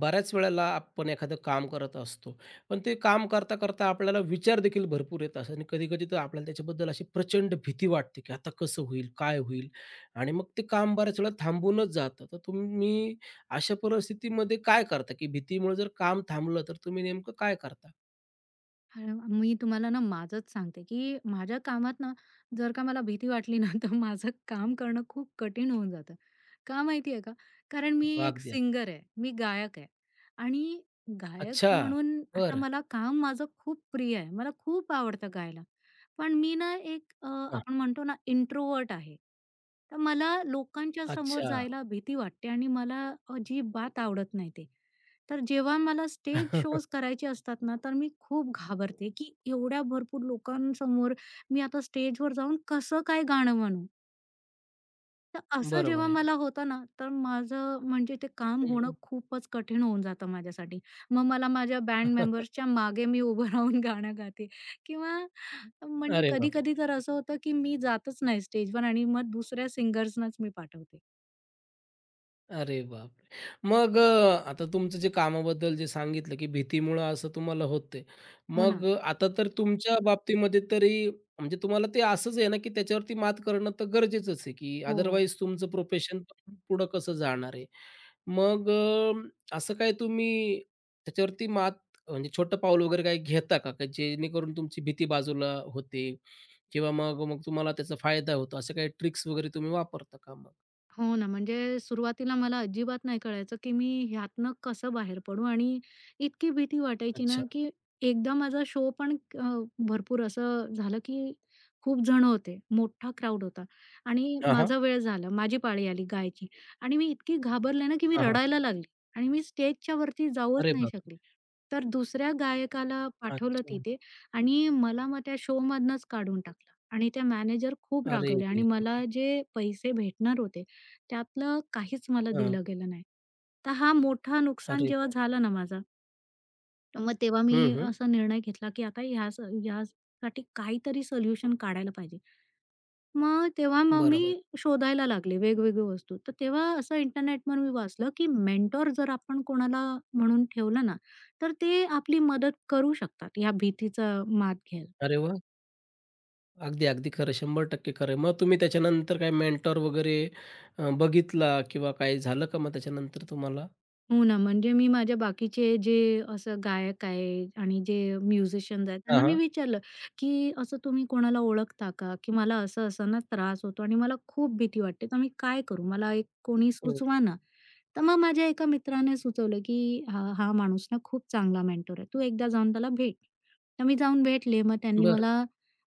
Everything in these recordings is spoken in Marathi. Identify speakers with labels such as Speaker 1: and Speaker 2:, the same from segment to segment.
Speaker 1: बऱ्याच वेळेला आपण एखादं काम करत असतो. पण ते काम करता, करता आपल्याला विचार देखील भरपूर येत असतात आणि कधी-कधी तर आपल्याला त्याच्याबद्दल अशी प्रचंड भीती वाटते, की आता कसं होईल? काय होईल? आणि मग ते काम बऱ्याच वेळा थांबूनच जातं. तर तुम्ही अशा परिस्थितीमध्ये काय करता? की भीतीमुळे जर काम थांबलं, तर तुम्ही नेमकं काय करता?
Speaker 2: हां, मी तुम्हाला ना माझंच सांगते, की माझ्या कामात ना, जर का मला भीती वाटली ना, तर माझं काम करणं खूप कठीण होऊन जातं. का माहिती का? कारण मी
Speaker 1: अगदी.
Speaker 2: एक
Speaker 1: अगदी.
Speaker 2: सिंगर आहे, मी गायक आहे आणि गायक
Speaker 1: अच्छा.
Speaker 2: म्हणून आता
Speaker 1: बरं.
Speaker 2: मला काम माझं खूप प्रिय आहे. मला खूप आवडतं गायला. पण मी ना एक
Speaker 1: हां.
Speaker 2: आपण म्हणतो ना इंट्रोवर्ट आहे. तर मला लोकांच्या समोर
Speaker 1: अच्छा.
Speaker 2: जायला भीती वाटते आणि मला अजिबात आवडत नाही ते. तर जेव्हा मला स्टेज शोज करायचे असतात ना, तर मी खूप घाबरते, की एवढ्या भरपूर लोकांसमोर मी आता स्टेजवर जाऊन कसं काय गाणं म्हणू? तर असं
Speaker 1: बरोबर
Speaker 2: जेव्हा
Speaker 1: आहे ना.
Speaker 2: मला होतं ना, तर माझं म्हणजे ते काम होणं
Speaker 1: हं.
Speaker 2: खूपच कठीण होऊन जातं माझ्यासाठी. मग मला माझ्या बँड मेंबर्सच्या मागे मी उभं राहून गाणं गाते किंवा म्हणजे
Speaker 1: अरे बापरे!
Speaker 2: कधी-कधी तर असं होतं, की मी जातच नाही स्टेजवर आणि मग दुसऱ्या सिंगर्सनाच मी पाठवते.
Speaker 1: अरे बापरे! मग आता तुमचं जे कामाबद्दल जे सांगितलं, की भीतीमुळं असं तुम्हाला होते,
Speaker 2: हो
Speaker 1: मग
Speaker 2: ना.
Speaker 1: आता तर तुमच्या बाबतीमध्ये तरी म्हणजे तुम्हाला ते असंच आहे ना, की त्याच्यावरती मात करणं तर गरजेचंच आहे, की
Speaker 2: हो.
Speaker 1: अदरवाईज तुमचं प्रोफेशन पण पुढं कसं जाणार आहे. मग असं काय तुम्ही त्याच्यावरती मात म्हणजे छोटं पाऊल वगैरे काही घेता का? का जेणेकरून तुमची भीती बाजूला होते किंवा मग मग तुम्हाला त्याचा फायदा होतो. अशा काही ट्रिक्स वगैरे तुम्ही वापरता का मग?
Speaker 2: हो ना, म्हणजे सुरुवातीला मला अजिबात नाही कळायचं, की मी ह्यातनं कसं बाहेर पडू आणि इतकी भीती वाटायची ना,
Speaker 1: अच्छा.
Speaker 2: की एकदा माझा शो पण भरपूर असं झालं, की खूप जण होते, मोठा क्राउड होता आणि
Speaker 1: हां, हां.
Speaker 2: माझा वेळ झाला, माझी पाळी आली गायची आणि मी इतकी घाबरले ना, की मी रडायला लागली आणि मी स्टेजच्या वरती जाऊच
Speaker 1: अरे
Speaker 2: नाही
Speaker 1: बापरे!
Speaker 2: शकली. तर दुसऱ्या गायकाला पाठवलं
Speaker 1: अच्छा.
Speaker 2: तिथे आणि मला मग त्या शोमधनंच काढून टाकलं आणि त्या मॅनेजर खूप
Speaker 1: अरे
Speaker 2: रागवल्या
Speaker 1: रे,
Speaker 2: आणि
Speaker 1: रे,
Speaker 2: मला
Speaker 1: रे!
Speaker 2: जे पैसे भेटणार होते त्यातलं काहीच मला
Speaker 1: हां.
Speaker 2: दिलं गेलं नाही. तर हा मोठा नुकसान
Speaker 1: अरे
Speaker 2: जेव्हा
Speaker 1: बाप!
Speaker 2: झालं ना माझं, मग तेव्हा मी
Speaker 1: हं, हं.
Speaker 2: असा निर्णय घेतला, की आता ह्या यासाठी काहीतरी सोल्युशन काढायला पाहिजे. मग तेव्हा मग
Speaker 1: बरोबर आहे.
Speaker 2: मी शोधायला लागले वेगवेगळी वस्तू. तर तेव्हा असं इंटरनेटवर मी वाचलं, की मेंटॉर जर आपण कोणाला म्हणून ठेवलं ना, तर ते आपली मदत करू शकतात, ह्या भीतीचा मात घ्यायला.
Speaker 1: अरे वाह! अगदी, अगदी खरं. 100% खरं आहे. मग तुम्ही त्याच्यानंतर काय मेंटॉर वगैरे बघितला किंवा काही झालं का मग त्याच्यानंतर तुम्हाला?
Speaker 2: हो ना, म्हणजे मी माझ्या बाकीचे जे असं गायक आहे आणि जे म्युझिशियन्स आहेत
Speaker 1: हां,
Speaker 2: त्यांना मी
Speaker 1: हां.
Speaker 2: विचारलं, की "असं तुम्ही कोणाला ओळखता का? की मला असं-असं ना त्रास होतो आणि मला खूप भीती वाटते, तर मी काय करू? मला एक कोणी
Speaker 1: हं.
Speaker 2: सुचवा ना." तर मग माझ्या एका मित्राने सुचवलं, की "हा हा माणूस ना खूप चांगला मेंटर आहे. तू एकदा जाऊन त्याला भेट." तर मी जाऊन भेटले. मग त्यांनी
Speaker 1: बरं.
Speaker 2: मला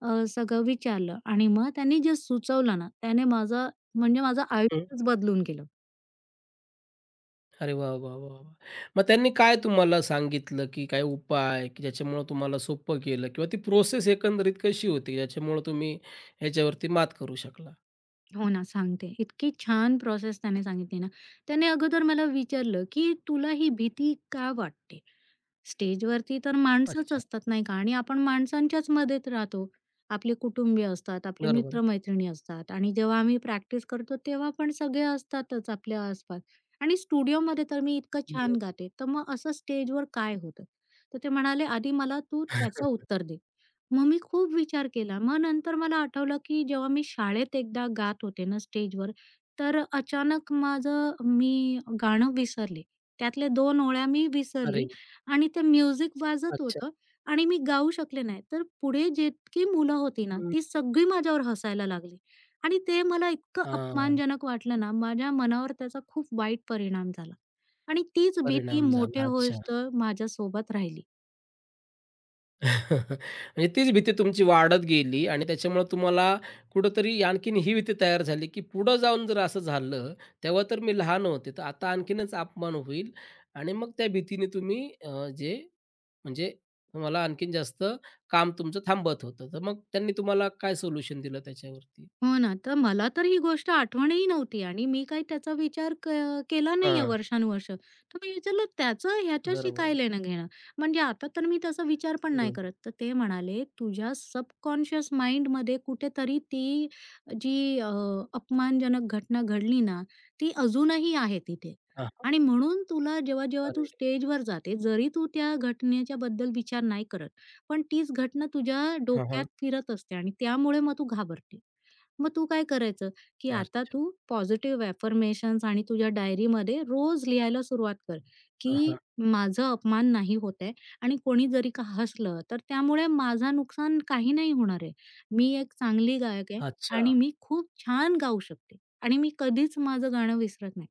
Speaker 2: सगळं विचारलं आणि मग त्यांनी जे सुचवलं ना त्याने माझं म्हणजे माझं
Speaker 1: हं.
Speaker 2: आयुष्यच बदलून गेलं.
Speaker 1: अरे वाह, वाह, वाह, वाह! मग त्यांनी काय तुम्हाला सांगितलं, की काय उपाय, की ज्याच्यामुळं तुम्हाला सोपं गेलं किंवा ती प्रोसेस एकंदरीत कशी होती, ज्याच्यामुळं तुम्ही ह्याच्यावरती मात करू शकला?
Speaker 2: हो ना, सांगते. इतकी छान प्रोसेस त्याने सांगितली ना. त्याने अगोदर मला विचारलं, की "तुला ही भीती का वाटते?" स्टेजवरती तर माणसंच
Speaker 1: अच्छा.
Speaker 2: असतात, नाही का? आणि आपण माणसांच्याच मध्येत राहतो. आपले कुटुंबीय असतात, आपले
Speaker 1: बरोबर आहे.
Speaker 2: मित्र-मैत्रिणी असतात आणि जेव्हा आम्ही प्रॅक्टिस करतो, तेव्हा पण सगळे असतातच आपल्या आसपास. आणि स्टुडिओमध्ये तर मी इतकं छान
Speaker 1: बरोबर.
Speaker 2: गाते, तर मग असं स्टेजवर काय होतं? तर ते म्हणाले, "आधी मला तू त्याचं उत्तर दे." मग मी खूप विचार केला. मग नंतर मला आठवलं, की जेव्हा मी शाळेत एकदा गात होते ना स्टेजवर, तर अचानक माझं मी गाणं विसरले. त्यातल्या 2 ओळ्या मी
Speaker 1: अरे!
Speaker 2: विसरली आणि ते म्युझिक वाजत
Speaker 1: अच्छा.
Speaker 2: होतं आणि मी गाऊ शकले नाही. तर पुढे जितकी मुलं होती ना, ती सगळी माझ्यावर हसायला लागली आणि ते मला इतकं
Speaker 1: हां,
Speaker 2: अपमानजनक वाटलं ना, माझ्या मनावर त्याचा खूप वाईट परिणाम झाला आणि तीच भीती
Speaker 1: परिणाम
Speaker 2: मोठे
Speaker 1: झाला. अच्छा.
Speaker 2: होईस्तोवर माझ्यासोबत राहिली.
Speaker 1: म्हणजे तीच भीती तुमची वाढत गेली आणि त्याच्यामुळे तुम्हाला कुठेतरी आणखीन ही भीती तयार झाली, की पुढं जाऊन जर असं झालं, तेव्हा तर मी लहान होते, तर आता आणखीनच अपमान होईल आणि मग त्या भीतीने तुम्ही जे म्हणजे तुम्हाला आणखीन जास्त काम तुमचं थांबत होतं. तर मग त्यांनी तुम्हाला काय सोल्युशन दिलं त्याच्यावरती?
Speaker 2: हो ना, तर मला तर ही गोष्ट आठवणही नव्हती आणि मी काही त्याचा विचार क केला नाहीये
Speaker 1: हां,
Speaker 2: वर्षानुवर्षं. तर मी विचारलं, "त्याचं ह्याच्याशी
Speaker 1: बरोबर
Speaker 2: काय
Speaker 1: आहे.
Speaker 2: लेणं-देणं?" म्हणजे आता तर मी तसा विचार पण नाही
Speaker 1: हं.
Speaker 2: करत. तर ते म्हणाले, "तुझ्या सबकॉन्शियस माइंडमध्ये कुठेतरी ती जी अपमानजनक घटना घडली ना, ती अजूनही आहे तिथे
Speaker 1: हां,
Speaker 2: आणि म्हणून तुला जेव्हा-जेव्हा तू
Speaker 1: अरे!
Speaker 2: स्टेजवर जाते, जरी तू त्या घटनेच्या बद्दल विचार नाही करत, पण तीच घटना तुझ्या
Speaker 1: हां,
Speaker 2: डोक्यात
Speaker 1: हां.
Speaker 2: फिरत असते आणि त्यामुळे मग तू घाबरते." मग तू काय करायचं, की आता
Speaker 1: अच्छा.
Speaker 2: तू पॉझिटिव्ह अफर्मेशन्स आणि तुझ्या डायरीमध्ये रोज लिहायला सुरुवात कर,
Speaker 1: हां,
Speaker 2: की
Speaker 1: हां.
Speaker 2: माझा अपमान नाही होत आहे आणि कोणी जरी का हसलं, तर त्यामुळे माझा नुकसान काही नाही होणार आहे. मी एक चांगली गायक आहे
Speaker 1: अच्छा.
Speaker 2: आणि मी खूप छान गाऊ शकते आणि मी कधीच माझं गाणं विसरत नाही.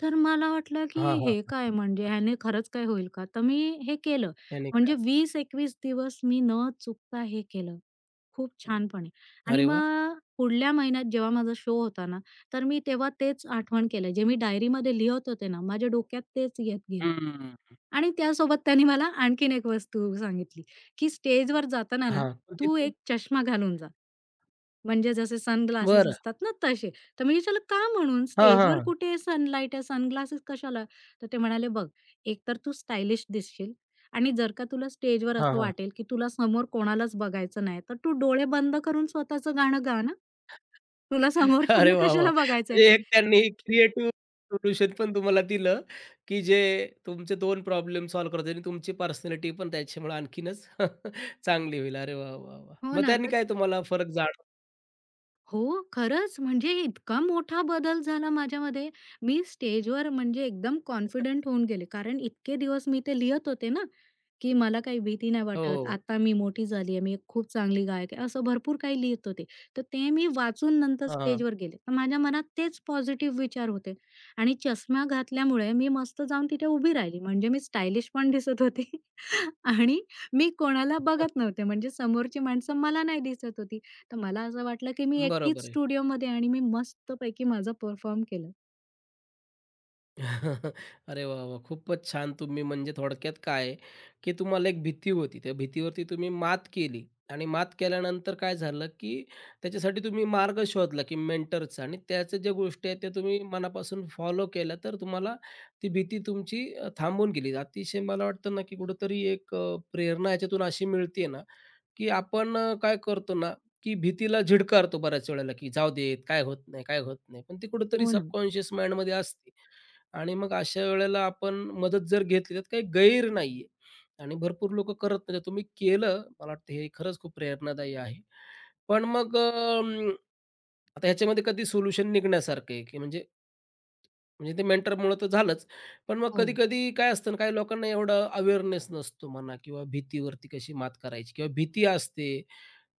Speaker 2: तर मला वाटलं, की
Speaker 1: हां, हां,
Speaker 2: हे काय
Speaker 1: हां.
Speaker 2: म्हणजे ह्याने खरंच काय होईल का? तर मी हे केलं.
Speaker 1: याने काय
Speaker 2: म्हणजे 20-21 दिवस मी न चुकता हे केलं. खूप छानपणे. आणि
Speaker 1: अरे वाह!
Speaker 2: मग पुढल्या महिन्यात जेव्हा माझा शो होता ना, तर मी तेव्हा तेच आठवण केलं. जे मी डायरीमध्ये लिहत होते ना, माझ्या डोक्यात तेच येत गेलं.
Speaker 1: हं.
Speaker 2: आणि त्यासोबत त्यांनी मला आणखीन एक वस्तू सांगितली, की स्टेजवर जाताना ना,
Speaker 1: हां. पण
Speaker 2: तू
Speaker 1: तिथे
Speaker 2: एक चष्मा घालून जा. म्हणजे जसे सनग्लासेस
Speaker 1: बरं.
Speaker 2: असतात ना तसे. तर मी विचारलं, "का म्हणून?
Speaker 1: हां,
Speaker 2: स्टेजवर
Speaker 1: हां,
Speaker 2: कुठे सनलाईट आहे, सनग्लासेस कशाला?" तर ते म्हणाले, "बघ, एक तर तू स्टायलिश दिसशील आणि जर का तुला स्टेजवर
Speaker 1: हां,
Speaker 2: असं
Speaker 1: हां.
Speaker 2: वाटेल, की तुला समोर कोणालाच बघायचं नाही, तर तू डोळे बंद करून स्वतःचं गाणं गा ना. तुला
Speaker 1: अरे
Speaker 2: समोरच्यांना
Speaker 1: वाह, वाह!
Speaker 2: कशाला बघायचंय?"
Speaker 1: म्हणजे एक त्यांनी क्रिएटिव्ह सोल्युशन पण तुम्हाला दिलं, की जे तुमचे 2 प्रॉब्लेम सॉल्व्ह करता येईल आणि तुमची पर्सनॅलिटी पण त्याच्यामुळे आणखीनच चांगली होईल. अरे वाह, वाह, वाह!
Speaker 2: हो
Speaker 1: मग
Speaker 2: ना.
Speaker 1: त्यांनी
Speaker 2: तर
Speaker 1: काय तुम्हाला फरक जाण
Speaker 2: हो, खरंच म्हणजे इतका मोठा बदल झाला माझ्यामध्ये. मी स्टेजवर म्हणजे एकदम कॉन्फिडंट होऊन गेले. कारण इतके दिवस मी ते लिहत होते ना, की मला काही भीती नाही
Speaker 1: हो,
Speaker 2: वाटत.
Speaker 1: हो.
Speaker 2: आता मी मोठी झाली आहे, मी एक खूप चांगली गायक आहे, असं भरपूर काही लिहित होते. तर ते मी वाचून नंतर
Speaker 1: हां.
Speaker 2: स्टेजवर गेले. तर माझ्या मनात तेच पॉझिटिव्ह विचार होते आणि चष्मा घातल्यामुळे मी मस्त जाऊन तिथे उभी राहिली. म्हणजे मी स्टायलिश पण दिसत होते आणि मी कोणाला बघत नव्हते. म्हणजे समोरची माणसं मला नाही दिसत होती. तर मला असं वाटलं की मी एकटीच
Speaker 1: बरोबर आहे.
Speaker 2: स्टुडिओमध्ये आणि मी मस्तपैकी माझा परफॉर्म केलं.
Speaker 1: अरे वाह, वाह! खूपच छान. तुम्ही म्हणजे थोडक्यात काय की तुम्हाला एक भीती होती. त्या भीतीवरती तुम्ही मात केली आणि मात केल्यानंतर काय झालं, की त्याच्यासाठी तुम्ही मार्ग शोधला, की मेंटरचा आणि त्याच्या ज्या गोष्टी आहेत, त्या तुम्ही मनापासून फॉलो केल्या. तर तुम्हाला ती भीती तुमची थांबून गेली. अतिशय मला वाटतं ना, की कुठेतरी एक प्रेरणा याच्यातून अशी मिळते ना, की आपण काय करतो ना, की भीतीला झिडकारतो बऱ्याच वेळेला, की जाऊ देत, काय होत नाही, काय होत नाही. पण ती कुठेतरी
Speaker 2: हो ना.
Speaker 1: सबकॉन्शियस माइंडमध्ये असते आणि मग अशा वेळेला आपण मदत जर घेतली, त्यात काही गैर नाहीये आणि भरपूर लोकं करत नाही. तर तुम्ही केलं, मला वाटतं हे खरंच खूप प्रेरणादायी आहे. पण मग आता ह्याच्यामध्ये कधी सोल्युशन निघण्यासारखं आहे, की म्हणजे म्हणजे ते मेंटरमुळं तर झालंच. पण मग
Speaker 2: हो.
Speaker 1: कधी-कधी काय असतं ना, काही लोकांना एवढा अवेअरनेस नसतो म्हणा किंवा भीतीवरती कशी मात करायची किंवा भीती असते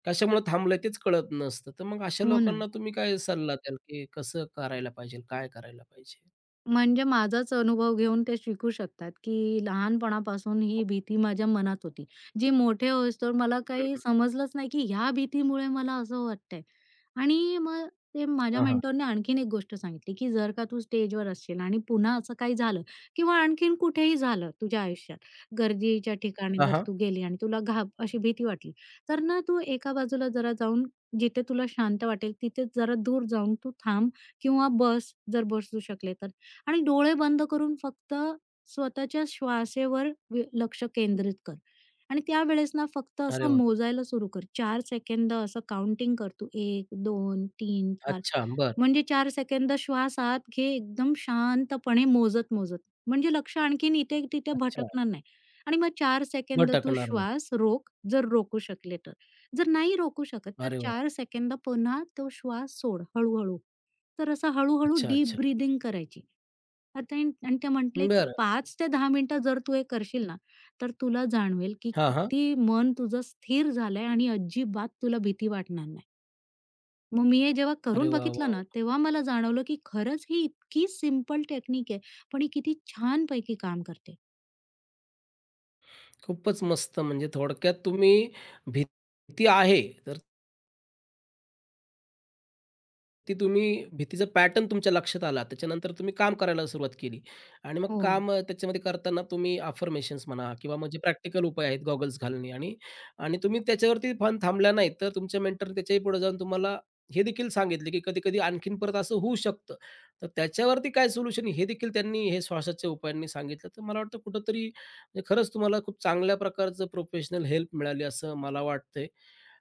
Speaker 1: कशामुळे थांबलंय तेच कळत नसतं. तर मग अशा
Speaker 2: हो ना.
Speaker 1: लोकांना तुम्ही काय सल्ला द्याल, की कसं करायला पाहिजे? काय करायला पाहिजे?
Speaker 2: म्हणजे माझाच अनुभव घेऊन ते शिकू शकतात, की लहानपणापासून ही भीती माझ्या मनात होती. जी मोठे होईस्तोवर मला
Speaker 1: हं,
Speaker 2: काही
Speaker 1: हं.
Speaker 2: समजलंच नाही, की ह्या भीतीमुळे मला असं वाटतंय. आणि मग ते माझ्या
Speaker 1: हां, हां.
Speaker 2: मेंटॉरने आणखीन एक गोष्ट सांगितली, की जर का तू स्टेजवर असशील आणि पुन्हा असं काही झालं किंवा आणखीन कुठेही झालं तुझ्या आयुष्यात, गर्दीच्या ठिकाणी जर
Speaker 1: हां,
Speaker 2: तू गेली आणि तुला घाब अशी भीती वाटली, तर ना तू एका बाजूला जरा जाऊन जिथे तुला शांत वाटेल तिथेच जरा दूर जाऊन तू थांब किंवा बस जर बसू शकले तर. आणि डोळे बंद करून फक्त स्वतःच्या श्वासेवर व लक्ष केंद्रित कर. आणि त्यावेळेस ना फक्त
Speaker 1: अरे
Speaker 2: असं
Speaker 1: वाह!
Speaker 2: मोजायला सुरू कर. चार सेकंद असं काउंटिंग कर तू 1, 2, 3, 4
Speaker 1: अच्छा. बरं.
Speaker 2: म्हणजे 4 सेकंद श्वास आत घे एकदम शांतपणे मोजत-मोजत. म्हणजे लक्ष आणखीन इथे-तिथे
Speaker 1: अच्छा.
Speaker 2: भटकणार नाही. आणि मग 4 सेकंद तू
Speaker 1: भटकणार नाही.
Speaker 2: श्वास रोक, जर रोकू शकले तर. जर नाही रोकू शकत तर
Speaker 1: अरे वाह!
Speaker 2: 4 सेकंद पुन्हा तो श्वास सोड हळू तर असं हळू
Speaker 1: अच्छा,
Speaker 2: डीप
Speaker 1: अच्छा.
Speaker 2: ब्रीथिंग करायची. आता आणि आणि ते म्हटले, की
Speaker 1: बरं.
Speaker 2: 5 ते 10 मिनिटं जर तू हे करशील ना, तर तुला जाणवेल, की
Speaker 1: हां, हां.
Speaker 2: किती मन तुझं स्थिर झालंय आणि अजिबात तुला भीती वाटणार नाही. मग मी हे जेव्हा
Speaker 1: अरे
Speaker 2: करून
Speaker 1: वाह, वाह,
Speaker 2: बघितलं ना,
Speaker 1: वाह!
Speaker 2: तेव्हा मला जाणवलं, की खरंच ही इतकी सिंपल टेक्निक आहे, पण ही किती छानपैकी काम करते.
Speaker 1: खूपच मस्त. म्हणजे थोडक्यात तुम्ही भीती आहे तर ती तुम्ही भीतीचा पॅटर्न तुमच्या लक्षात आला. त्याच्यानंतर तुम्ही काम करायला सुरुवात केली आणि मग
Speaker 2: हो.
Speaker 1: काम त्याच्यामध्ये करताना तुम्ही अफर्मेशन्स म्हणा किंवा म्हणजे प्रॅक्टिकल उपाय आहेत गॉगल्स घालणे आणि आणि तुम्ही त्याच्यावरती पण थांबला नाही, तर तुमच्या मेंटरने त्याच्याही पुढे जाऊन तुम्हाला हे देखील सांगितले, की कधी-कधी आणखीन परत असं होऊ शकतं. तर त्याच्यावरती काय सोल्युशन हे देखील त्यांनी हे श्वासाच्या उपायांनी सांगितलं. तर मला वाटतं कुठेतरी म्हणजे खरंच तुम्हाला खूप चांगल्या प्रकारचं प्रोफेशनल हेल्प मिळाली असं मला वाटतंय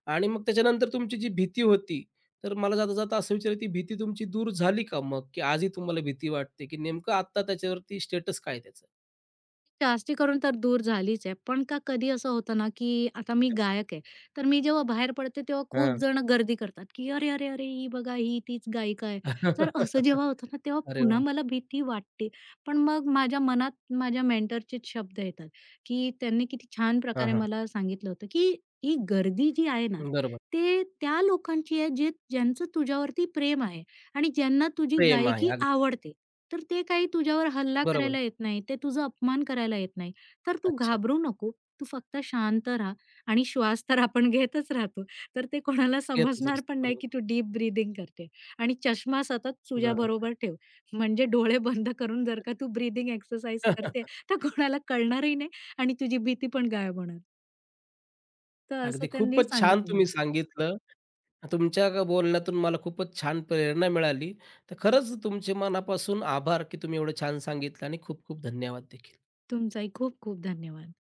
Speaker 1: आणि मग त्याच्यानंतर तुमची जी भीती होती तर मला जाता जाता असं विचारायची भीती तुमची दूर झाली का मग? की आजही तुम्हाला भीती वाटते, की नेमकं आत्ता त्याच्यावरती स्टेटस काय त्याचं?
Speaker 2: जास्ती करून तर दूर झालीच आहे. पण का कधी असं होतं ना, की आता मी गायक आहे. तर मी जेव्हा बाहेर पडते तेव्हा खूप
Speaker 1: हां.
Speaker 2: जण गर्दी करतात, की "अरे, अरे, अरे! ही बघा ही तीच गायिका आहे." तर असं जेव्हा होतं ना, तेव्हा
Speaker 1: अरे
Speaker 2: पुन्हा
Speaker 1: वाह!
Speaker 2: मला भीती वाटते. पण मग माझ्या मनात माझ्या मेंटरचेच शब्द येतात, की त्यांनी किती छान
Speaker 1: हां,
Speaker 2: प्रकारे
Speaker 1: हां.
Speaker 2: मला सांगितलं होतं, की "ही गर्दी जी आहे ना,
Speaker 1: बरोबर.
Speaker 2: ते त्या लोकांची आहे जे ज्यांचं तुझ्यावरती प्रेम आहे आणि ज्यांना तुझी
Speaker 1: प्रेम आहे.
Speaker 2: गायकी
Speaker 1: अगदी
Speaker 2: आवडते." तर ते काही तुझ्यावर हल्ला
Speaker 1: बरोबर.
Speaker 2: करायला येत नाही, ते तुझा अपमान करायला येत नाही. तर तू
Speaker 1: अच्छा.
Speaker 2: घाबरू नको. तू फक्त शांत राहा आणि श्वास तर आपण घेतच राहतो. तर ते कोणाला
Speaker 1: येतच
Speaker 2: समजणार पण
Speaker 1: असतं.
Speaker 2: नाही
Speaker 1: बरोबर.
Speaker 2: की तू डीप ब्रीथिंग करते आणि चष्मा सतत
Speaker 1: बरोबर.
Speaker 2: तुझ्याबरोबर ठेव. म्हणजे डोळे बंद करून जर का
Speaker 1: अच्छा.
Speaker 2: तू ब्रीथिंग एक्सरसाइज करते, तर कोणाला कळणारही नाही आणि तुझी भीती पण गायब होणार. तर असं
Speaker 1: अगदी
Speaker 2: त्यांनी
Speaker 1: खूपच छान
Speaker 2: सांगितलं
Speaker 1: तुम्ही
Speaker 2: मला.
Speaker 1: सांगितलं. तुमच्या ग बोलण्यातून मला खूपच छान प्रेरणा मिळाली. तर खरंच तुमचे मनापासून आभार, की तुम्ही एवढं छान सांगितलं आणि खूप खूप धन्यवाद देखील.
Speaker 2: तुमचाही खूप खूप धन्यवाद.